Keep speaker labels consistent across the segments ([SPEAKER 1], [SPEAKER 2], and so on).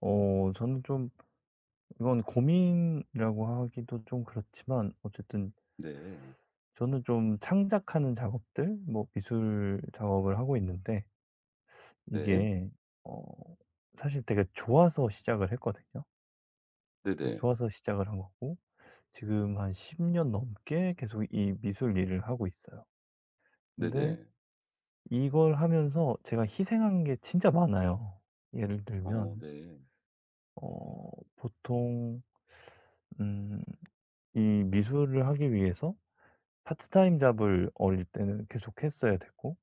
[SPEAKER 1] 저는 좀 이건 고민이라고 하기도 좀 그렇지만 어쨌든
[SPEAKER 2] 네.
[SPEAKER 1] 저는 좀 창작하는 작업들, 뭐 미술 작업을 하고 있는데
[SPEAKER 2] 네.
[SPEAKER 1] 이게 어 사실 되게 좋아서 시작을 했거든요.
[SPEAKER 2] 네네.
[SPEAKER 1] 좋아서 시작을 한 거고 지금 한 10년 넘게 계속 이 미술 일을 하고 있어요. 근데
[SPEAKER 2] 네네.
[SPEAKER 1] 이걸 하면서 제가 희생한 게 진짜 많아요. 예를
[SPEAKER 2] 어
[SPEAKER 1] 들면
[SPEAKER 2] 네.
[SPEAKER 1] 어 보통 음 이 미술을 하기 위해서 파트타임 잡을 어릴 때는 계속 했어야 됐고,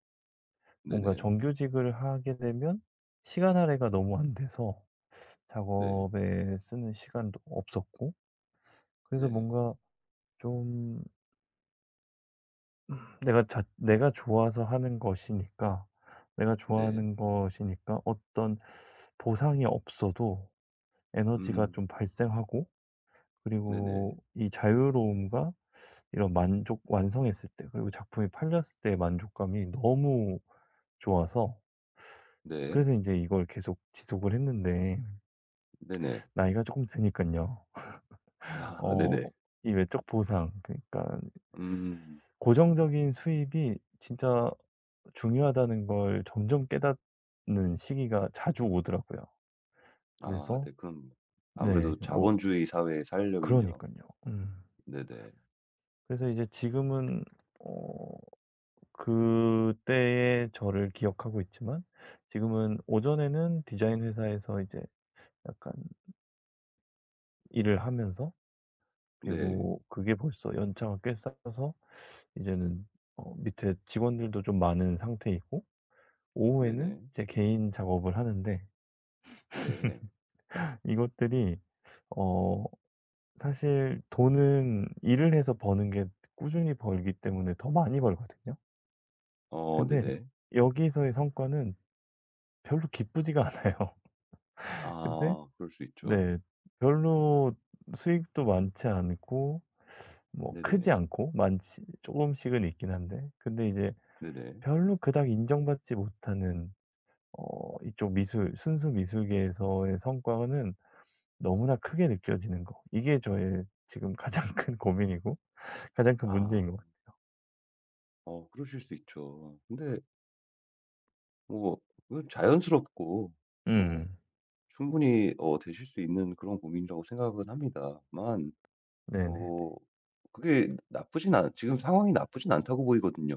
[SPEAKER 2] 네
[SPEAKER 1] 뭔가
[SPEAKER 2] 네.
[SPEAKER 1] 정규직을 하게 되면 시간 할애가 너무 안 돼서
[SPEAKER 2] 네.
[SPEAKER 1] 작업에 쓰는 시간도 없었고. 그래서
[SPEAKER 2] 네.
[SPEAKER 1] 뭔가 좀, 내가 좋아서 하는 것이니까, 내가
[SPEAKER 2] 네.
[SPEAKER 1] 좋아하는 것이니까 어떤 보상이 없어도 에너지가 좀
[SPEAKER 2] 음.
[SPEAKER 1] 발생하고, 그리고
[SPEAKER 2] 네네.
[SPEAKER 1] 이 자유로움과 이런 만족, 완성했을 때 그리고 작품이 팔렸을 때의 만족감이 너무 좋아서,
[SPEAKER 2] 네.
[SPEAKER 1] 그래서 이제 이걸 계속 지속을 했는데
[SPEAKER 2] 네네.
[SPEAKER 1] 나이가 조금 드니깐요.
[SPEAKER 2] 아
[SPEAKER 1] 어
[SPEAKER 2] 네네.
[SPEAKER 1] 이 외적 보상, 그러니까
[SPEAKER 2] 음.
[SPEAKER 1] 고정적인 수입이 진짜 중요하다는 걸 점점 깨닫는 시기가 자주 오더라고요.
[SPEAKER 2] 아
[SPEAKER 1] 그래서
[SPEAKER 2] 네. 그럼
[SPEAKER 1] 네,
[SPEAKER 2] 아무래도
[SPEAKER 1] 뭐
[SPEAKER 2] 자본주의 사회에 살려면요.
[SPEAKER 1] 그러니깐요. 음.
[SPEAKER 2] 네네.
[SPEAKER 1] 그래서 이제 지금은, 어 그때의 저를 기억하고 있지만 지금은 오전에는 디자인 회사에서 이제 약간 일을 하면서,
[SPEAKER 2] 네.
[SPEAKER 1] 그리고 그게 벌써 연차가 꽤 쌓여서 이제는 밑에 직원들도 좀 많은 상태이고, 오후에는
[SPEAKER 2] 네네.
[SPEAKER 1] 제 개인 작업을 하는데,
[SPEAKER 2] 네.
[SPEAKER 1] 이것들이 어 사실 돈은 일을 해서 버는 게 꾸준히 벌기 때문에 더 많이 벌거든요.
[SPEAKER 2] 어
[SPEAKER 1] 근데
[SPEAKER 2] 네네.
[SPEAKER 1] 여기서의 성과는 별로 기쁘지가 않아요. 근데
[SPEAKER 2] 아 그럴 수 있죠.
[SPEAKER 1] 네. 별로 수익도 많지 않고, 뭐 크지
[SPEAKER 2] 네네.
[SPEAKER 1] 않고 많지 조금씩은 있긴 한데, 근데 이제
[SPEAKER 2] 네네.
[SPEAKER 1] 별로 그닥 인정받지 못하는 이쪽 미술, 순수 미술계에서의 성과는 너무나 크게 느껴지는 거. 이게 저의 지금 가장 큰 고민이고 가장 큰
[SPEAKER 2] 아.
[SPEAKER 1] 문제인 것 같아요.
[SPEAKER 2] 어 그러실 수 있죠. 근데 뭐 그건 자연스럽고 뭐
[SPEAKER 1] 음.
[SPEAKER 2] 충분히 되실 수 있는 그런 고민이라고 생각은 합니다만
[SPEAKER 1] 네네네.
[SPEAKER 2] 어 그게 나쁘진 않 지금 상황이 나쁘진 않다고 보이거든요.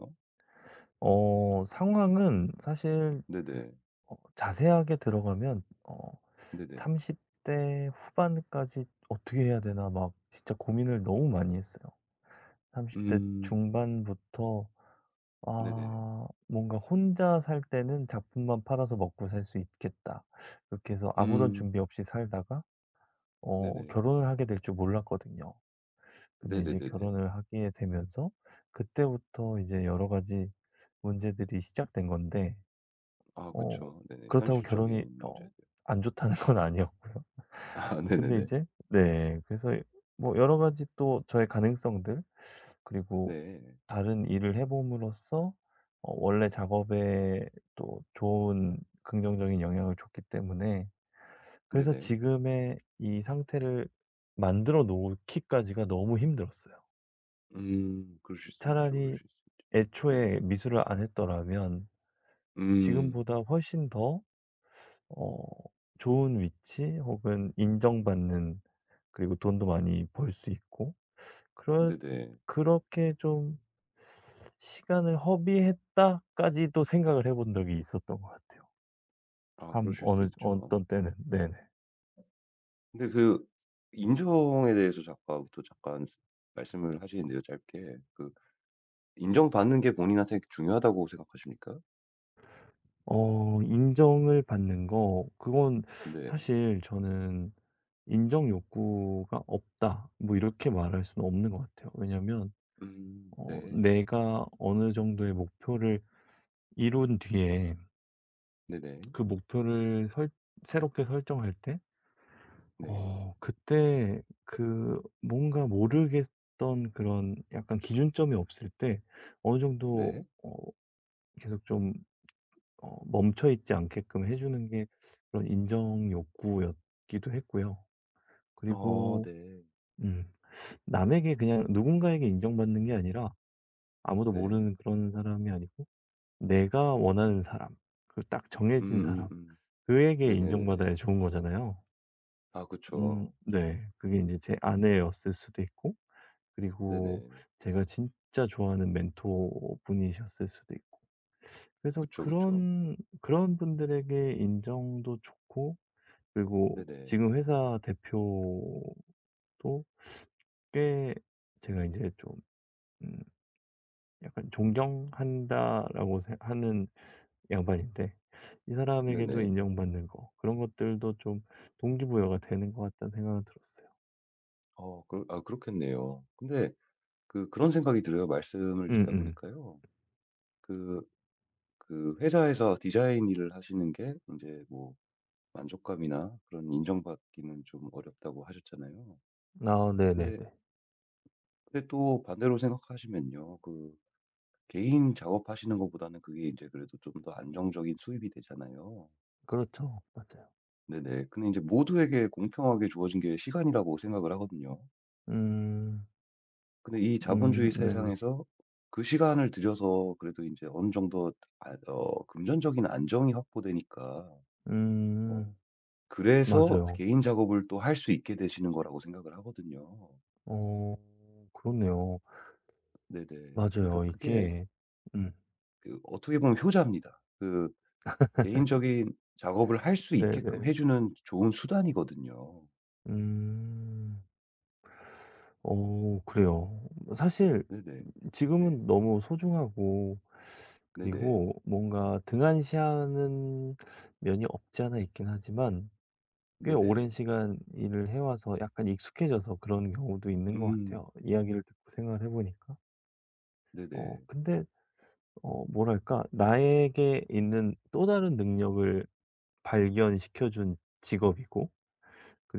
[SPEAKER 1] 상황은 사실
[SPEAKER 2] 네네.
[SPEAKER 1] 자세하게 들어가면
[SPEAKER 2] 네네.
[SPEAKER 1] 30대 후반까지 어떻게 해야 되나 막 진짜 고민을 너무 많이 했어요. 30대
[SPEAKER 2] 음.
[SPEAKER 1] 중반부터
[SPEAKER 2] 네네.
[SPEAKER 1] 아, 뭔가 '혼자 살 때는 작품만 팔아서 먹고 살 수 있겠다.' 그렇게 해서 아무런
[SPEAKER 2] 음.
[SPEAKER 1] 준비 없이 살다가
[SPEAKER 2] 네네.
[SPEAKER 1] 결혼을 하게 될 줄 몰랐거든요. 근데 이제
[SPEAKER 2] 네네네네.
[SPEAKER 1] 결혼을 하게 되면서 그때부터 이제 여러 가지 문제들이 시작된 건데,
[SPEAKER 2] 아
[SPEAKER 1] 어
[SPEAKER 2] 그쵸. 네네.
[SPEAKER 1] 그렇다고 결혼이
[SPEAKER 2] 현실적인 문제들.
[SPEAKER 1] 안 좋다는 건 아니었고요.
[SPEAKER 2] 아
[SPEAKER 1] 근데
[SPEAKER 2] 네네네.
[SPEAKER 1] 이제 네, 그래서 뭐 여러 가지 또 저의 가능성들, 그리고
[SPEAKER 2] 네.
[SPEAKER 1] 다른 일을 해 봄으로써 원래 작업에 또 좋은 긍정적인 영향을 줬기 때문에, 그래서
[SPEAKER 2] 네네.
[SPEAKER 1] 지금의 이 상태를 만들어 놓기까지가 너무 힘들었어요.
[SPEAKER 2] 음. 그러실 수 있죠,
[SPEAKER 1] 차라리
[SPEAKER 2] 그러실 수 있죠. 네.
[SPEAKER 1] 애초에 미술을 안 했더라면
[SPEAKER 2] 음.
[SPEAKER 1] 지금보다 훨씬 더 어 좋은 위치 혹은 인정받는, 그리고 돈도 많이 벌 수 있고, 그렇
[SPEAKER 2] 네네.
[SPEAKER 1] 그렇게 좀 '시간을 허비했다.'까지도 생각을 해본 적이 있었던 것 같아요.
[SPEAKER 2] 아
[SPEAKER 1] 한
[SPEAKER 2] 그러실 수
[SPEAKER 1] 어느
[SPEAKER 2] 있죠.
[SPEAKER 1] 어떤 때는. 네네.
[SPEAKER 2] 근데 그 인정에 대해서 잠깐 말씀을 하시는데요, 짧게. 그 인정받는 게 본인한테 중요하다고 생각하십니까?
[SPEAKER 1] 인정을 받는 거, 그건
[SPEAKER 2] 네.
[SPEAKER 1] 사실 저는 '인정 욕구가 없다.' 뭐 이렇게 말할 수는 없는 것 같아요. 왜냐면
[SPEAKER 2] 네.
[SPEAKER 1] 내가 어느 정도의 목표를 이룬 뒤에
[SPEAKER 2] 네네.
[SPEAKER 1] 그 목표를 설 새롭게 설정할 때,
[SPEAKER 2] 네.
[SPEAKER 1] 그때 그 뭔가 모르겠던 그런 약간 기준점이 없을 때 어느 정도
[SPEAKER 2] 네.
[SPEAKER 1] 어 계속 좀 멈춰 있지 않게끔 해 주는 게 그런 인정 욕구였기도 했고요.
[SPEAKER 2] 어
[SPEAKER 1] 그리고
[SPEAKER 2] 네.
[SPEAKER 1] 음 남에게, 그냥 누군가에게 인정받는 게 아니라 아무도
[SPEAKER 2] 네.
[SPEAKER 1] 모르는 그런 사람이 아니고, 내가 원하는 사람, 그 딱 정해진 사람,
[SPEAKER 2] 음음음.
[SPEAKER 1] 그에게
[SPEAKER 2] 네네네네.
[SPEAKER 1] 인정받아야 좋은 거잖아요.
[SPEAKER 2] 아 그쵸.
[SPEAKER 1] 네. 그게 이제 제 아내였을 수도 있고, 그리고
[SPEAKER 2] 네네.
[SPEAKER 1] 제가 진짜 좋아하는 멘토분이셨을 수도 있고. 그래서
[SPEAKER 2] 그쵸, 그쵸.
[SPEAKER 1] 그런, 그런 분들에게 인정도 좋고, 그리고
[SPEAKER 2] 네네.
[SPEAKER 1] 지금 회사 대표도 꽤 제가 이제 좀 음 약간 '존경한다.'라고 하는 양반인데 이 사람에게도
[SPEAKER 2] 네네.
[SPEAKER 1] 인정받는 거, 그런 것들도 좀 동기부여가 되는 것 같다는 생각은 들었어요.
[SPEAKER 2] 어 그 아 그렇겠네요. 근데 그런 생각이 들어요. 말씀을 듣다
[SPEAKER 1] 음음.
[SPEAKER 2] 보니까요. 그 그 회사에서 디자인 일을 하시는 게이제뭐 만족감이나 그런 인정받기는 좀 어렵다고 하셨잖아요.
[SPEAKER 1] 아 네네네.
[SPEAKER 2] 근데 근데 또 반대로 생각하시면요. 그 개인 작업하시는 것보다는 그게 이제 그래도 좀 더 안정적인 수입이 되잖아요.
[SPEAKER 1] 그렇죠. 맞아요.
[SPEAKER 2] 네네. 근데 이제 모두에게 공평하게 주어진 게 시간이라고 생각을 하거든요.
[SPEAKER 1] 음.
[SPEAKER 2] 근데 이 자본주의
[SPEAKER 1] 네네.
[SPEAKER 2] 세상에서 그 시간을 들여서 그래도 이제 어느 정도 금전적인 안정이 확보되니까 어
[SPEAKER 1] 음.
[SPEAKER 2] 그래서
[SPEAKER 1] 맞아요.
[SPEAKER 2] 개인 작업을 또 할 수 있게 되시는 거라고 생각을 하거든요.
[SPEAKER 1] 어 그렇네요.
[SPEAKER 2] 네네. 그러니까
[SPEAKER 1] 맞아요.
[SPEAKER 2] 그게
[SPEAKER 1] 이게 음
[SPEAKER 2] 그 어떻게 보면 효자입니다. 그 개인적인 작업을 할 수 있게끔
[SPEAKER 1] 네네.
[SPEAKER 2] 해 주는 좋은 수단이거든요.
[SPEAKER 1] 음. 어 그래요. 사실
[SPEAKER 2] 네네. 네.
[SPEAKER 1] 지금은 너무 소중하고,
[SPEAKER 2] 네네.
[SPEAKER 1] 그리고 뭔가 등한시하는 면이 없지 않아 있긴 하지만 꽤 오랜
[SPEAKER 2] 네네.
[SPEAKER 1] 시간 일을 해 와서 약간 익숙해져서 그런 경우도 있는 것
[SPEAKER 2] 음.
[SPEAKER 1] 같아요, 이야기를 듣고 생각을 해 보니까.
[SPEAKER 2] 네네.
[SPEAKER 1] 근데 뭐랄까, 나에게 있는 또 다른 능력을 발견시켜 준 직업이고,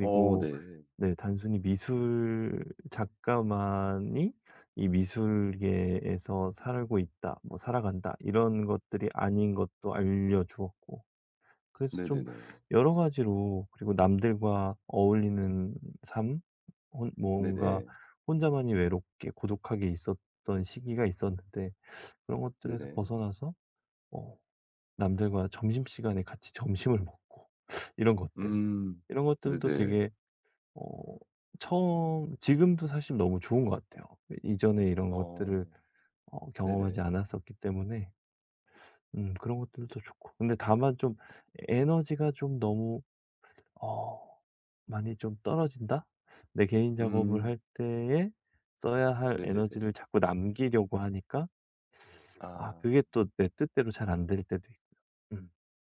[SPEAKER 2] 어 네.
[SPEAKER 1] 네, 단순히 미술 작가만이 이 미술계에서 살고 있다, 뭐 살아간다, 이런 것들이 아닌 것도 알려 주었고, 그래서 좀
[SPEAKER 2] 네네네.
[SPEAKER 1] 여러 가지로, 그리고 남들과 어울리는 삶, 혼 뭔가
[SPEAKER 2] 네네.
[SPEAKER 1] 혼자만이 외롭게 고독하게 있었던 시기가 있었는데 그런 것들에서
[SPEAKER 2] 네네.
[SPEAKER 1] 벗어나서 어 남들과 점심시간에 같이 점심을 먹고 이런 것들.
[SPEAKER 2] 음.
[SPEAKER 1] 이런 것들도
[SPEAKER 2] 네네.
[SPEAKER 1] 되게 어 처음, 지금도 사실 너무 좋은 것 같아요. 이전에 이런 것들을
[SPEAKER 2] 어.
[SPEAKER 1] 경험하지
[SPEAKER 2] 네네.
[SPEAKER 1] 않았었기 때문에. 음, 그런 것들도 좋고. 근데 다만 좀 에너지가 좀 너무 어 많이 좀 떨어진다? 내 개인 작업을
[SPEAKER 2] 음.
[SPEAKER 1] 할 때에 써야 할
[SPEAKER 2] 네네네.
[SPEAKER 1] 에너지를 자꾸 남기려고 하니까 아,
[SPEAKER 2] 아.
[SPEAKER 1] 그게 또 내 뜻대로 잘 안 될 때도 있고요. 음.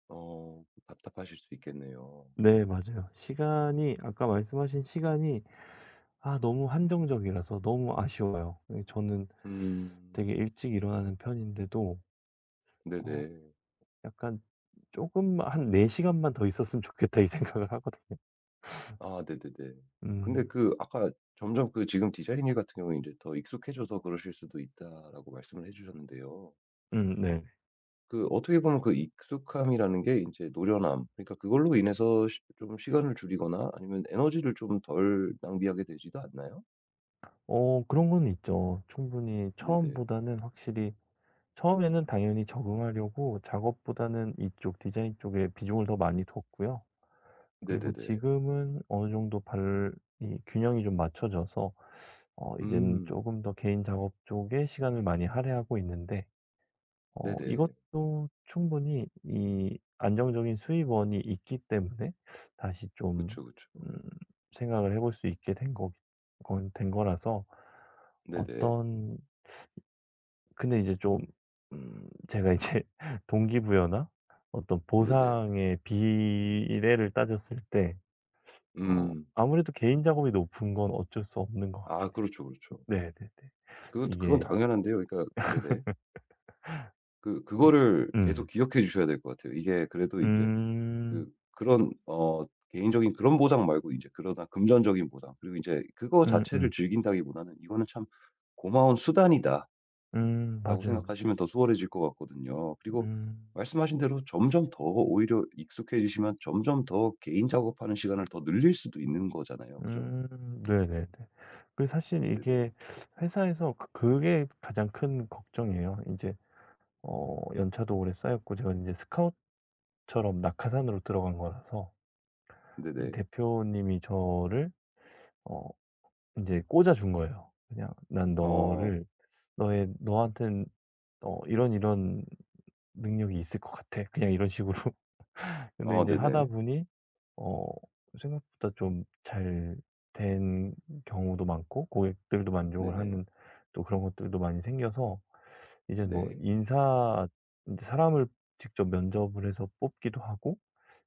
[SPEAKER 2] 어. 답답하실 수 있겠네요.
[SPEAKER 1] 네 맞아요. 시간이 아까 말씀하신 시간이 아, 너무 한정적이라서 너무 아쉬워요. 예 저는
[SPEAKER 2] 음.
[SPEAKER 1] 되게 일찍 일어나는 편인데도 어
[SPEAKER 2] 네네.
[SPEAKER 1] 약간 조금한 '4시간 시간만 더 있었으면 좋겠다.' 이 생각을 하거든요.
[SPEAKER 2] 아 네네네. 근데
[SPEAKER 1] 음.
[SPEAKER 2] 그 아까 점점 그 지금 디자인 일 같은 경우에 이제 더 익숙해져서 그러실 수도 있다라고 말씀을 해 주셨는데요.
[SPEAKER 1] 네.
[SPEAKER 2] 그 어떻게 보면 그 익숙함이라는 게 이제 노련함, 그러니까 그걸로 인해서 시 좀 시간을 줄이거나 아니면 에너지를 좀 덜 낭비하게 되지도 않나요?
[SPEAKER 1] 그런 건 있죠. 충분히
[SPEAKER 2] 네네.
[SPEAKER 1] 처음보다는 확실히, 처음에는 당연히 적응하려고 작업보다는 이쪽 디자인 쪽에 비중을 더 많이 뒀고요. 그리고
[SPEAKER 2] 네네네.
[SPEAKER 1] 지금은 어느 정도 발이 균형이 좀 맞춰져서 이제는
[SPEAKER 2] 음.
[SPEAKER 1] 조금 더 개인 작업 쪽에 시간을 많이 할애하고 있는데,
[SPEAKER 2] 네네.
[SPEAKER 1] 이것도 충분히 이 안정적인 수입원이 있기 때문에 다시 좀,
[SPEAKER 2] 그쵸, 그쵸.
[SPEAKER 1] 음, 생각을 해볼 수 있게 된 거 건 된 거라서
[SPEAKER 2] 네네.
[SPEAKER 1] 어떤, 근데 이제 좀 제가 이제 동기부여나 어떤
[SPEAKER 2] 네네.
[SPEAKER 1] 보상의 비례를 따졌을 때
[SPEAKER 2] 음.
[SPEAKER 1] 아무래도 개인 작업이 높은 건 어쩔 수 없는 것
[SPEAKER 2] 아
[SPEAKER 1] 같긴 해요.
[SPEAKER 2] 그렇죠, 그렇죠.
[SPEAKER 1] 네네네.
[SPEAKER 2] 그건 그건
[SPEAKER 1] 이게
[SPEAKER 2] 당연한데요. 그러니까 네네. 그
[SPEAKER 1] 이
[SPEAKER 2] 그거를 계속
[SPEAKER 1] 음.
[SPEAKER 2] 기억해 주셔야 될 것 같아요. 이게 그래도 이제 그
[SPEAKER 1] 음.
[SPEAKER 2] 그런 어 개인적인 그런 보상 말고 이제 그러다 금전적인 보상 그리고 이제 그거
[SPEAKER 1] 음 음.
[SPEAKER 2] 자체를
[SPEAKER 1] 음
[SPEAKER 2] 즐긴다기보다는 '이거는 참 고마운 수단이다.'라고
[SPEAKER 1] 맞아요,
[SPEAKER 2] 생각하시면
[SPEAKER 1] 맞아요.
[SPEAKER 2] 더 수월해질 것 같거든요. 그리고
[SPEAKER 1] 음.
[SPEAKER 2] 말씀하신 대로 점점 더 오히려 익숙해지시면 점점 더 개인 작업하는 시간을 더 늘릴 수도 있는 거잖아요. 그죠?
[SPEAKER 1] 네네네. 그, 사실
[SPEAKER 2] 네네.
[SPEAKER 1] 이게 회사에서 그게 가장 큰 걱정이에요. 이제 연차도 오래 쌓였고 제가 이제 스카웃처럼 낙하산으로 들어간 거라서, 이
[SPEAKER 2] 네네.
[SPEAKER 1] 대표님이 저를 어 이제 꽂아 준 거예요. 그냥 "난
[SPEAKER 2] 어.
[SPEAKER 1] 너를, 너의 너한텐 이런, 이런 능력이 있을 것 같아." 그냥 이런 식으로. 근데 이
[SPEAKER 2] 어
[SPEAKER 1] 제 하다
[SPEAKER 2] 네네.
[SPEAKER 1] 보니 어 생각보다 좀 잘 된 경우도 많고, 고객들도 만족을
[SPEAKER 2] 네네.
[SPEAKER 1] 하는 또 그런 것들도 많이 생겨서 이제 뭐
[SPEAKER 2] 네.
[SPEAKER 1] 인사 제 사람을 직접 면접을 해서 뽑기도 하고,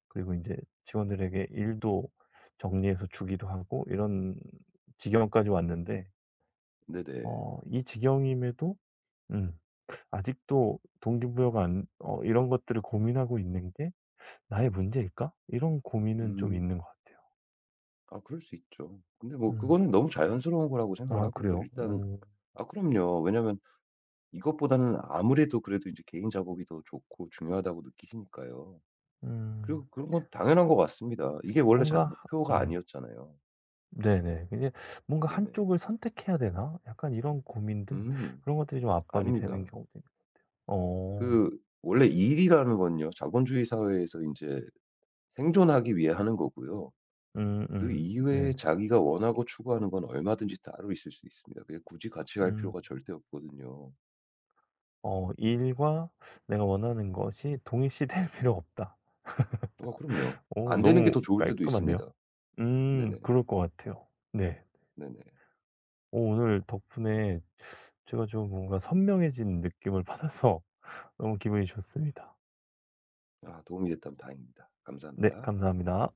[SPEAKER 1] 그리고 이제 직원들에게 일도 정리해서 주기도 하고 이런 지경까지 왔는데,
[SPEAKER 2] 네네.
[SPEAKER 1] 이 지경임에도 음, 아직도 동기부여가 안 어 이런 것들을 고민하고 있는 게, '나의 문제일까?' 이런 고민은 좀 있는
[SPEAKER 2] 음.
[SPEAKER 1] 것 같아요.
[SPEAKER 2] 아 그럴 수 있죠. 근데 뭐
[SPEAKER 1] 음.
[SPEAKER 2] 그거는 너무 자연스러운 거라고 생각을
[SPEAKER 1] 아
[SPEAKER 2] 하고요.
[SPEAKER 1] 그래요? 어.
[SPEAKER 2] 일단
[SPEAKER 1] 음.
[SPEAKER 2] 아 그럼요. 왜냐면 이것보다는 아무래도 그래도 이제 개인 작업이 더 좋고 중요하다고 느끼시니까요.
[SPEAKER 1] 음,
[SPEAKER 2] 그리고 그런 건 당연한 것 같습니다. 이게 원래 자
[SPEAKER 1] 뭔가 하
[SPEAKER 2] 목표가
[SPEAKER 1] 음.
[SPEAKER 2] 아니었잖아요.
[SPEAKER 1] 네네. 이제 '뭔가
[SPEAKER 2] 네네.
[SPEAKER 1] 한쪽을 선택해야 되나?' 약간 이런 고민들,
[SPEAKER 2] 음.
[SPEAKER 1] 그런 것들이 좀 압박이 되는
[SPEAKER 2] 아닙니다.
[SPEAKER 1] 경우도 있 어.
[SPEAKER 2] 그 원래 일이라는 건요. 자본주의 사회에서 이제 생존하기 위해 하는 거고요. 그
[SPEAKER 1] 음음.
[SPEAKER 2] 이외에
[SPEAKER 1] 네네.
[SPEAKER 2] 자기가 원하고 추구하는 건 얼마든지 따로 있을 수 있습니다. 그게 굳이 같이 갈
[SPEAKER 1] 음.
[SPEAKER 2] 필요가 절대 없거든요.
[SPEAKER 1] '일과 내가 원하는 것이 동일시될 필요 없다.'
[SPEAKER 2] 아 그럼요.
[SPEAKER 1] 어
[SPEAKER 2] 안 되는 게
[SPEAKER 1] 너무
[SPEAKER 2] 더 좋을 때도
[SPEAKER 1] 깔끔한데요?
[SPEAKER 2] 있습니다.
[SPEAKER 1] 음.
[SPEAKER 2] 네네.
[SPEAKER 1] 그럴 것 같아요. 네.
[SPEAKER 2] 네네.
[SPEAKER 1] 오늘 덕분에 제가 좀 뭔가 선명해진 느낌을 받아서 너무 기분이 좋습니다.
[SPEAKER 2] 아 도움이 됐다면 다행입니다.
[SPEAKER 1] 네.
[SPEAKER 2] 감사합니다.
[SPEAKER 1] 감사합니다.